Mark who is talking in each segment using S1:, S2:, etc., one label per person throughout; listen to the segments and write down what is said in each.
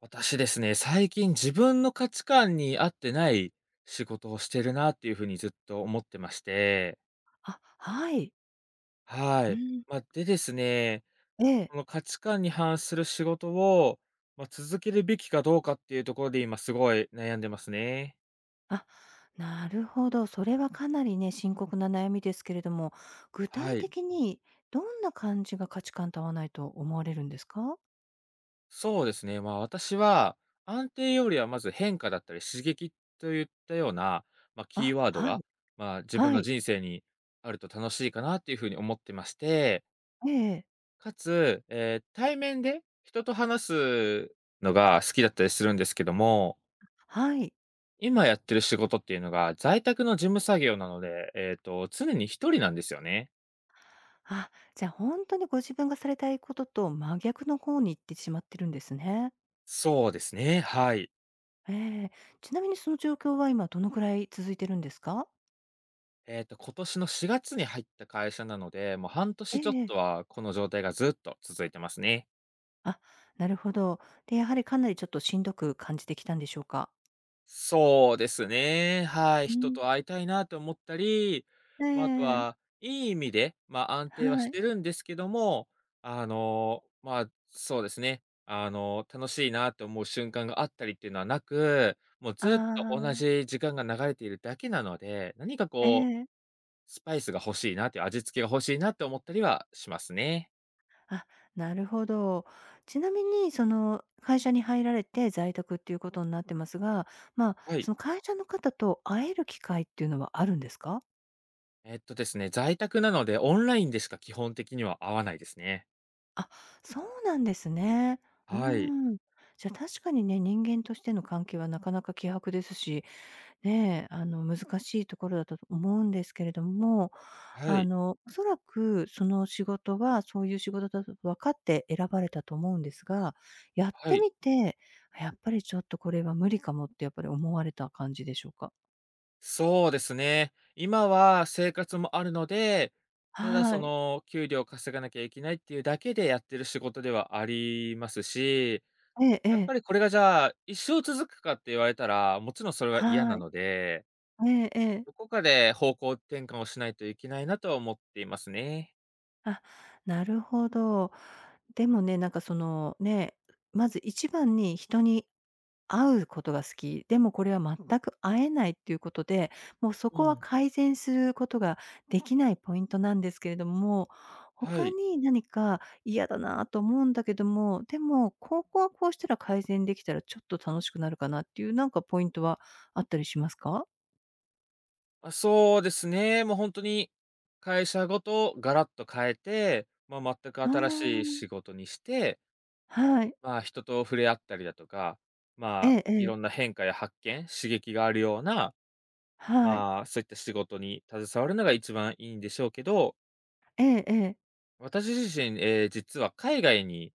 S1: 私ですね、最近自分の価値観に合ってない仕事をしてるなっていうふうにずっと思ってまして、
S2: あ、はい。
S1: は
S2: う
S1: い。
S2: ん。
S1: まあ、でですね、
S2: ええ。
S1: この価値観に反する仕事を、まあ、続けるべきかどうかっていうところで今すごい悩んでますね。
S2: あ、なるほど。それはかなりね、深刻な悩みですけれども、具
S1: は
S2: 体
S1: い。
S2: 的にどんな感じが価値観と合わないと思われるんですか？
S1: そうですね。まあ私は安定よりはまず変化だったり刺激といったような、まあ、キー
S2: あ、
S1: ワード
S2: は
S1: が、
S2: い。
S1: まあ、自分
S2: は
S1: の
S2: い。
S1: 人生にあると楽しいかなっていうふうに思ってまして、
S2: ええ、
S1: かつ、対面で人と話すのが好きだったりするんですけども、
S2: はい。
S1: 今やってる仕事っていうのが、在宅の事務作業なので、常に一人なんですよね。
S2: あ、じゃあ本当にご自分がされたいことと真逆の方に行ってしまってるんですね。
S1: そうですね、はい。
S2: ええ。ちなみにその状況は今どのくらい続いてるんですか？
S1: 今年の4月に入った会社なので、もう半
S2: え
S1: 年ちょっ
S2: ええ
S1: と
S2: え。
S1: はこの状態がずっと続いてますね。
S2: あ、なるほど。で、やはりかなりちょっとしんどく感じてきたんでしょうか？
S1: そうですね。はい。
S2: う
S1: 人
S2: ん。
S1: と会いたいなと思ったり、
S2: え
S1: まあ、あと
S2: え、
S1: は、いい意味で、まあ、安定はし
S2: はい。
S1: てるんですけども、ま、あそうですね、楽しいなと思う瞬間があったりっていうのはなく、もうずっと
S2: あ
S1: 同
S2: あ、
S1: じ時間が流れているだけなので、何か
S2: え
S1: こう、
S2: え。
S1: スパイスが欲しいなっていう味付けが欲しいなって思ったりはしますね。
S2: あ、なるほど。ちなみにその会社に入られて在宅っていうことになってますが、まあ、
S1: はい。
S2: その会社の方と会える機会っていうのはあるんですか？
S1: ですね、在宅なので、オンラインでしか基本的には会わないですね。
S2: あ、そうなんですね。うー
S1: はい。
S2: ん。じゃ、確かにね、人間としての関係はなかなか希薄ですし、ねえ、あの、難しいところだと思うんですけれども、
S1: は
S2: あ
S1: い。
S2: の、おそらくその仕事はそういう仕事だと分かって選ばれたと思うんですが、やっ
S1: は
S2: て
S1: い。
S2: みて、やっぱりちょっとこれは無理かもってやっぱり思われた感じでしょうか？
S1: そうですね。今は生活もあるので、ただそ
S2: はい。
S1: の、給料を稼がなきゃいけないっていうだけでやってる仕事ではありますし、
S2: えええ
S1: やっぱ
S2: え。
S1: りこれがじゃあ、一生続くかって言われたら、もちろんそれは嫌
S2: は
S1: な
S2: い。
S1: ので、
S2: ええええ。
S1: どこかで方向転換をしないといけないなとは思っていますね。
S2: あ、なるほど。でもね、なんかそのね、まず一番に人に会うことが好き、でもこれは全く会えないっていうことで、もうそ
S1: う
S2: こは
S1: ん。
S2: 改善することができないポイントなんですけれども、
S1: は
S2: 他
S1: い。
S2: に何か嫌だなと思うんだけども、でもここはこうしたら改善できたらちょっと楽しくなるかなっていうなんかポイントはあったりしますか？
S1: あ、そうですね。もう本当に、会社ごとガラッと変えて、まあ、全く新しい
S2: あ
S1: 仕事にして
S2: あ、はい。
S1: まあ、人と触れ合ったりだとか、ま
S2: え
S1: あ、
S2: ええ
S1: い
S2: え。
S1: ろんな変化や発見、刺激があるような、
S2: はい。
S1: まあ、そういった仕事に携わるのが一番いいんでしょうけど、
S2: ええええ。
S1: 私自身、実は海外に、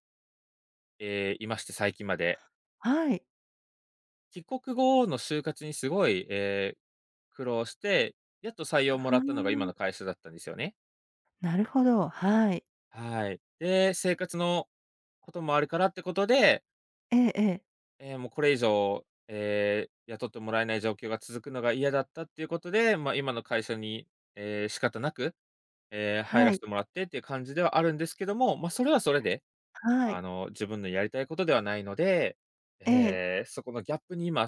S1: いまして、最近まで。
S2: はい。
S1: 帰国後の就活にすごい、苦労して、やっと採
S2: あ
S1: 用もらったのが今の
S2: あ、
S1: 会社だったんですよね。
S2: なるほど、はい。
S1: はい。で、生活のこともあるからってことで、
S2: ええええ。
S1: もうこれ以上、雇ってもらえない状況が続くのが嫌だったっていうことで、まあ、今の会社に、仕方なく、入ら
S2: は
S1: せ
S2: い、
S1: てもらってっていう感じではあるんですけども、まあ、それはそれで、
S2: はい。
S1: 自分のやりたいことではないので、
S2: ええ。
S1: ええ、そこのギャップに今、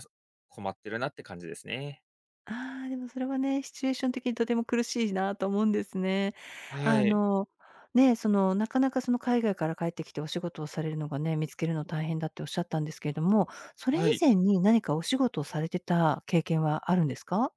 S1: 困ってるなって感じですね。
S2: ああ、でもそれはね、シチュエーション的にとても苦しいなと思うんですね。
S1: は
S2: あ
S1: い。
S2: の、ね、その、なかなかその海外から帰ってきてお仕事をされるのがね、見つけるの大変だっておっしゃったんですけれども、それ以
S1: はい、
S2: 前に何かお仕事をされてた経験はあるんですか？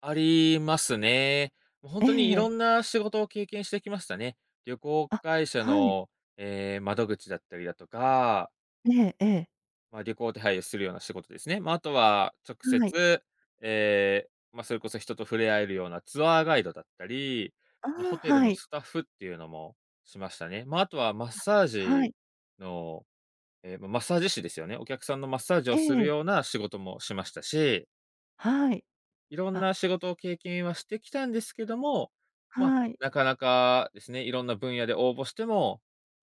S1: ありますね。もう本当にいろ
S2: ええ、
S1: んな仕事を経験してきましたね。旅行
S2: あ、
S1: 会社
S2: はい。
S1: の、ええ、窓口だったりだとか
S2: ええええ。
S1: まあ、旅行を手配をするような仕事ですね。まあ、あとは直
S2: はい。
S1: 接、ええ、まあ、それこそ人と触れ合えるようなツアーガイドだったり、
S2: あ
S1: ま、ホ
S2: あ、
S1: テル
S2: は
S1: の
S2: い。
S1: スタッフっていうのもしましたね。まあ、あとはマッサー
S2: は
S1: ジ
S2: い。
S1: の、ええ、ま、マッサージ師ですよね。お客さんのマッサージ
S2: え
S1: をする
S2: え。
S1: ような仕事もしましたし、
S2: はい。
S1: いろん
S2: あ、
S1: な仕事を経験はしてきたんですけども、まあ、
S2: はい。
S1: なかなかですね、いろんな分野で応募しても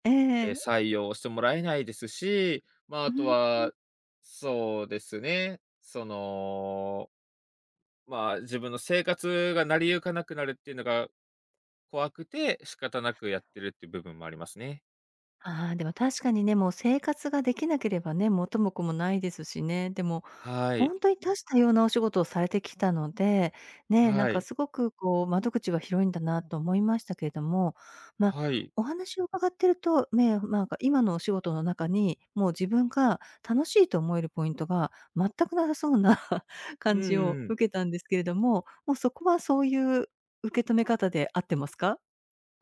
S2: ええ。
S1: 採用してもらえないですし、まあ、あ
S2: う
S1: と
S2: ん。
S1: は、そうですね、その、まあ、自分の生活が成り行かなくなるっていうのが怖くて、仕方なくやってるっていう部分もありますね。
S2: ああ、でも確かにね、もう生活ができなければね、元も子もないですしね。でも、
S1: は
S2: ほ
S1: い。
S2: んとに多種多様なお仕事をされてきたので、ね、なん
S1: は
S2: か
S1: い。
S2: すごくこう、窓口は広いんだなと思いましたけれども、ま、
S1: はい。
S2: お話を伺ってると、ね、なんか今のお仕事の中に、もう自分が楽しいと思えるポイントが全くなさそうな
S1: う
S2: 感
S1: ん
S2: じ
S1: う
S2: を
S1: ん。
S2: 受けたんですけれども、もうそこはそういう受け止め方で合ってますか？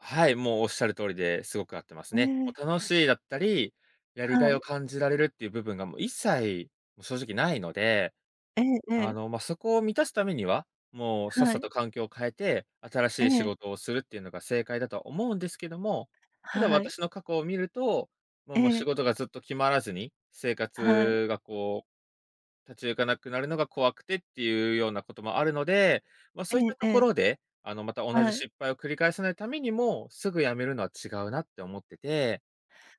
S1: はい、もうおっしゃる通りですごく合ってます
S2: え
S1: ね。もう
S2: え、
S1: 楽しいだったり、やりが
S2: は
S1: いを
S2: い。
S1: 感じられるっていう部分がもう一切、もう正直ないので
S2: ええええ、
S1: まあ、そこを満たすためには、もうさっ
S2: は
S1: さ
S2: い、
S1: と環境を変えて、新
S2: え
S1: しい仕
S2: え。
S1: 事をするっていうのが正解だとは思うんですけども、ただ
S2: はい。
S1: 私の過去を見ると、もう
S2: え
S1: もう仕
S2: え、
S1: 事がずっと決まらずに、生
S2: はい。
S1: 活がこう立ち行かなくなるのが怖くてっていうようなこともあるので、まあ、そ
S2: え
S1: ういったと
S2: ええ
S1: こ
S2: え、
S1: ろで、また同じ
S2: はい。
S1: 失敗を繰り返さないためにも、すぐ辞めるのは違うなって思ってて、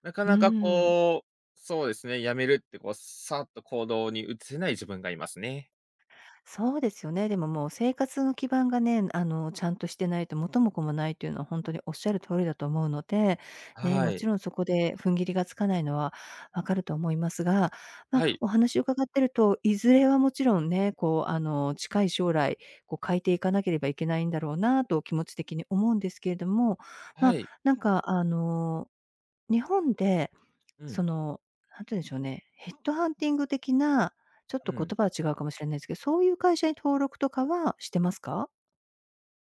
S1: なか
S2: うー
S1: なか
S2: ん。
S1: こう、そうですね、辞めるってこう、さっと行動に移せない自分がいますね。
S2: そうですよね。でももう生活の基盤がね、あの、ちゃんとしてないと元も子もないというのはほんとにおっしゃる通りだと思うので、ね、
S1: は
S2: も
S1: い。
S2: ちろんそこで踏ん切りがつかないのはわかると思いますが、ま、
S1: はい。
S2: お話を伺ってると、いずれはもちろんね、こう、あの、近い将来、こう変えていかなければいけないんだろうなと気持ち的に思うんですけれども、
S1: は
S2: ま、
S1: い。
S2: なんかあの、日本で
S1: うん、
S2: その、なんて言うんでしょうね、ヘッドハンティング的な、ちょっ
S1: う
S2: と言
S1: ん。
S2: 葉は違うかもしれないですけど、そういう会社に登録とかはしてますか？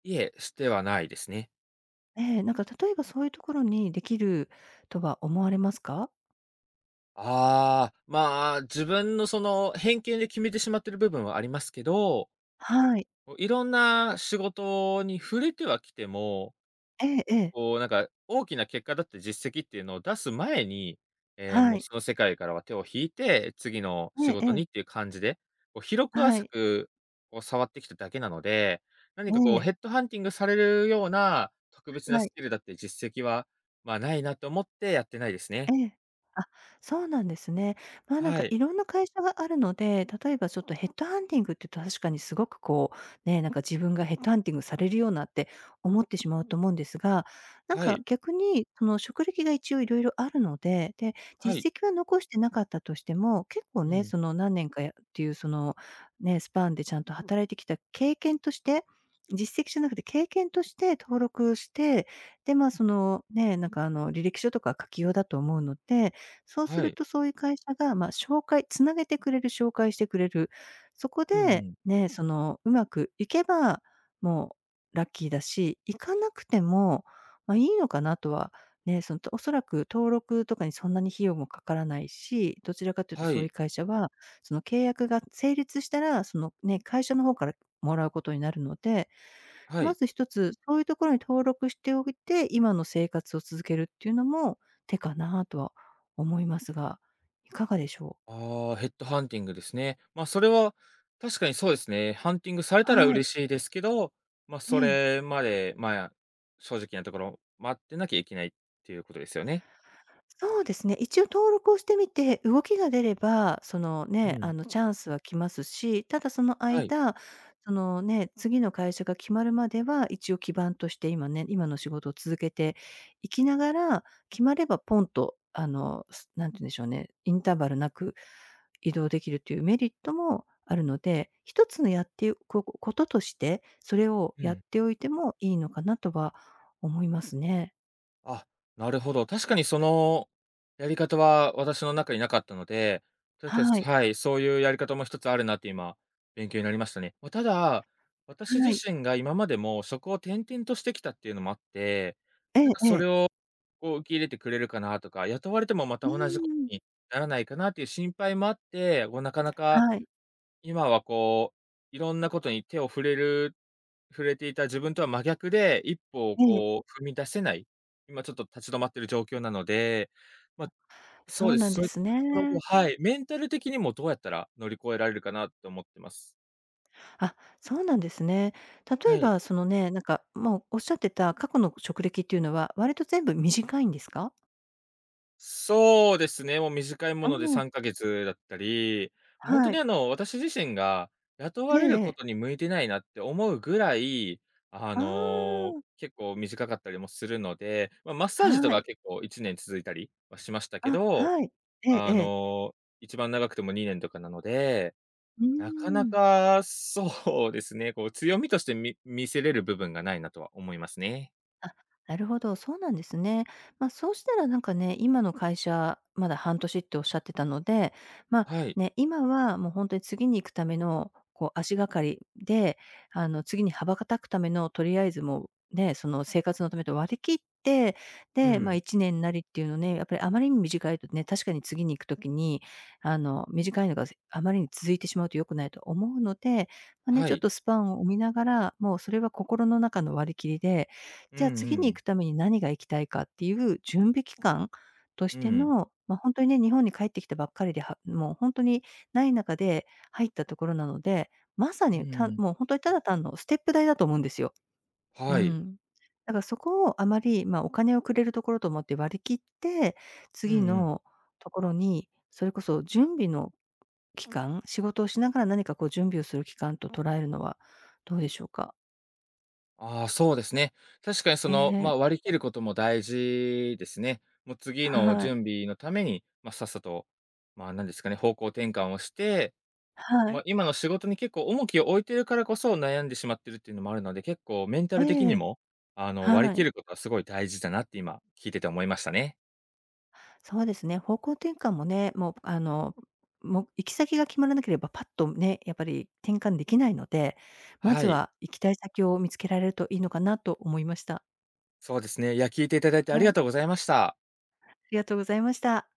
S1: いえ、してはないですね。
S2: ええ、なんか例えばそういうところにできるとは思われますか？
S1: ああ、まあ、自分のその偏見で決めてしまってる部分はありますけど、
S2: はい。
S1: いろんな仕事に触れてはきても
S2: ええええ。
S1: こうなんか、大きな結果だったり実績っていうのを出す前に、
S2: は
S1: もう
S2: い。
S1: その世界からは手を引いて、次の
S2: え
S1: 仕
S2: ええ
S1: 事に
S2: え。
S1: っていう感じで、こう広く
S2: は
S1: 浅
S2: い。
S1: く、こう触ってきただけなので、何
S2: え
S1: かこうヘ
S2: え。
S1: ッドハンティングされるような特別な
S2: は
S1: ス
S2: い。
S1: キルだって実績は、まあ、ないなと思ってやってないですね。
S2: ええ。あ、そうなんですね。まあ、なん
S1: は
S2: か
S1: い、
S2: いろんな会社があるので、例えばちょっとヘッドハンティングって言うと確かにすごくこう、ね、なんか自分がヘッドハンティングされるようなって思ってしまうと思うんですが、なん
S1: は
S2: か
S1: い、
S2: 逆にその職歴が一応いろいろあるので、で、
S1: はい、
S2: 実績は残してなかったとしても、結構
S1: う
S2: ね、
S1: ん、
S2: その何年かやっていうその、ね、スパンでちゃんと働いてきた経験として、実績じゃなくて経験として登録して、で、まあ、その、ね、なんか、あの、履歴書とか書きようだと思うので、そうす
S1: は
S2: る
S1: い、
S2: とそういう会社が、まあ、紹介つなげてくれる、紹介してくれる。そこ
S1: う
S2: で、
S1: ん、
S2: ね、その、うまくいけば、もうラッキーだし、いかなくても、まあ、いいのかなとは、ね、その、おそらく登録とかにそんなに費用もかからないし、どちらかというと
S1: は
S2: そうい
S1: い、
S2: う会社は、その契約が成立したら、その、ね、会社の方からもらうことになるので、
S1: は
S2: ま
S1: い。
S2: ず一つ、そういうところに登録しておいて、今の生活を続けるっていうのも手かなとは思いますが、いかがでしょう？
S1: ああ、ヘッドハンティングですね。まあ、それは確かにそうですね。ハンティングされたら
S2: はい。
S1: 嬉しいですけど、まあ、
S2: え
S1: そ
S2: え。
S1: れまで、まあ、正直なところ、待ってなきゃいけないっていうことですよね。
S2: そうですね、一応登録をしてみて、動きが出れば、その
S1: う
S2: ね、
S1: ん。
S2: あのチャンスは来ますし、ただその
S1: はい。
S2: 間、そのね、次の会社が決まるまでは、一応基盤として今ね、今の仕事を続けていきながら、決まればポンとあの、なんて言うんでしょうね、インターバルなく移動できるというメリットもあるので、一つのやっていうここととして、それを
S1: う
S2: や
S1: ん。
S2: っておいてもいいのかなとは思いますね。
S1: あ、なるほど。確かにそのやり方は私の中になかったので、確かに
S2: はい、
S1: はい、そういうやり方も一つあるなって今、勉強になりましたね。ま、ただ、私自
S2: はい。
S1: 身が今までも職を転々としてきたっていうのもあって、
S2: え
S1: なん
S2: え
S1: か
S2: え
S1: それ
S2: え。
S1: をこう受け入れてくれるかなとか、雇われてもまた
S2: う
S1: 同じこ
S2: ーん、
S1: とにならないかなっていう心配もあって、こうなかなか
S2: はい。
S1: 今はこう、いろんなことに手を触れていた自分とは真逆で、一歩を
S2: ええ、
S1: こう踏み出せない、今ちょっと立ち止まってる状況なので、まあ、そ
S2: そ
S1: う
S2: う
S1: で
S2: な
S1: す。
S2: ん
S1: そ
S2: で
S1: ういっ
S2: す
S1: たところも
S2: ね。
S1: はい、メンタル的にもどうやったら乗り越えられるかなと思ってます。
S2: あ、そうなんですね。例
S1: は
S2: え
S1: い。
S2: ばそのね、なんか、もうおっしゃってた過去の職歴っていうのは、割と全部短いんですか？
S1: そうですね、もう短いも
S2: う
S1: ので
S2: ん、
S1: 3ヶ月だったり、もうほんと
S2: は
S1: に
S2: い。
S1: 私自身が雇
S2: え
S1: わ
S2: え
S1: れる
S2: え
S1: こ
S2: え。
S1: とに向いてないなって思うぐらい、
S2: ああ、
S1: 結構短かったりもするので、ま、マッサージと
S2: は
S1: か
S2: い。
S1: 結構1年続いたりはしましたけ
S2: あ、
S1: ど、
S2: はい。ええ
S1: あ
S2: ええ。
S1: の、一番長くても2年とかなので、
S2: うー
S1: なかな
S2: ん。
S1: かそうですね、こう強みとして見せれる部分がないなとは思いますね。
S2: あ、なるほど、そうなんですね。まあ、そうしたらなんかね、今の会社、まだ半年っておっしゃってたので、ま、
S1: はい。
S2: ね、今はもう本当に次に行くための、こう足がかりで、あの、次に羽ばたくためのとりあえずもう、ね、その生活のためと割り切って、
S1: う
S2: で、ま、
S1: ん。
S2: 1年なりっていうのね、やっぱりあまりに短いとね、確かに次に行くときに、あの、短いのがあまりに続いてしまうと良くないと思うので、ま、ね、
S1: は
S2: ちょっ
S1: い。
S2: とスパンを見ながら、もうそれは心の中の割り切りで、
S1: うん
S2: じゃあ
S1: う
S2: 次に行
S1: ん。
S2: くために何が行きたいかっていう準備期間とし
S1: う
S2: て
S1: ん。
S2: の、ま、ほんとにね、日本に帰ってきたばっかりで、はもうほんとにない中で入ったところなので、まさ
S1: う
S2: に、
S1: ん。
S2: もうほんとにただ単のステップ代だと思うんですよ。う
S1: はい。
S2: ん。だからそこをあまり、ま、お金をくれるところと思って割り切って、
S1: うんう
S2: 次
S1: ん。
S2: のところに、それこそ準備の期間、仕事をしながら何かこう準備をする期間と捉えるのはどうでしょうか？
S1: ああ、そうですね。確かにそ
S2: え
S1: の、ま
S2: え、
S1: あ、割り切ることも大事ですね。もう次の
S2: はい。
S1: 準備のために、まあ、さっさと、ま、あ何ですかね、方向転換をして、
S2: は
S1: まあ、
S2: い。
S1: 今の仕事に結構重きを置いてるからこそ悩んでしまってるっていうのもあるので、結構メンタ
S2: え
S1: ル的に
S2: え。
S1: も、割り
S2: は
S1: 切
S2: い。
S1: ることはすごい大事だなって今聞いてて思いましたね。
S2: そうですね、方向転換もね、もうあの、もう行き先が決まらなければ、パッとね、やっぱり転換できないので、ま
S1: は
S2: ず
S1: い、
S2: は行きたい先を見つけられるといいのかなと思いました。
S1: そうですね。いや、聞いていただいてあ
S2: は
S1: りが
S2: い、
S1: とうございました。
S2: ありがとうございました。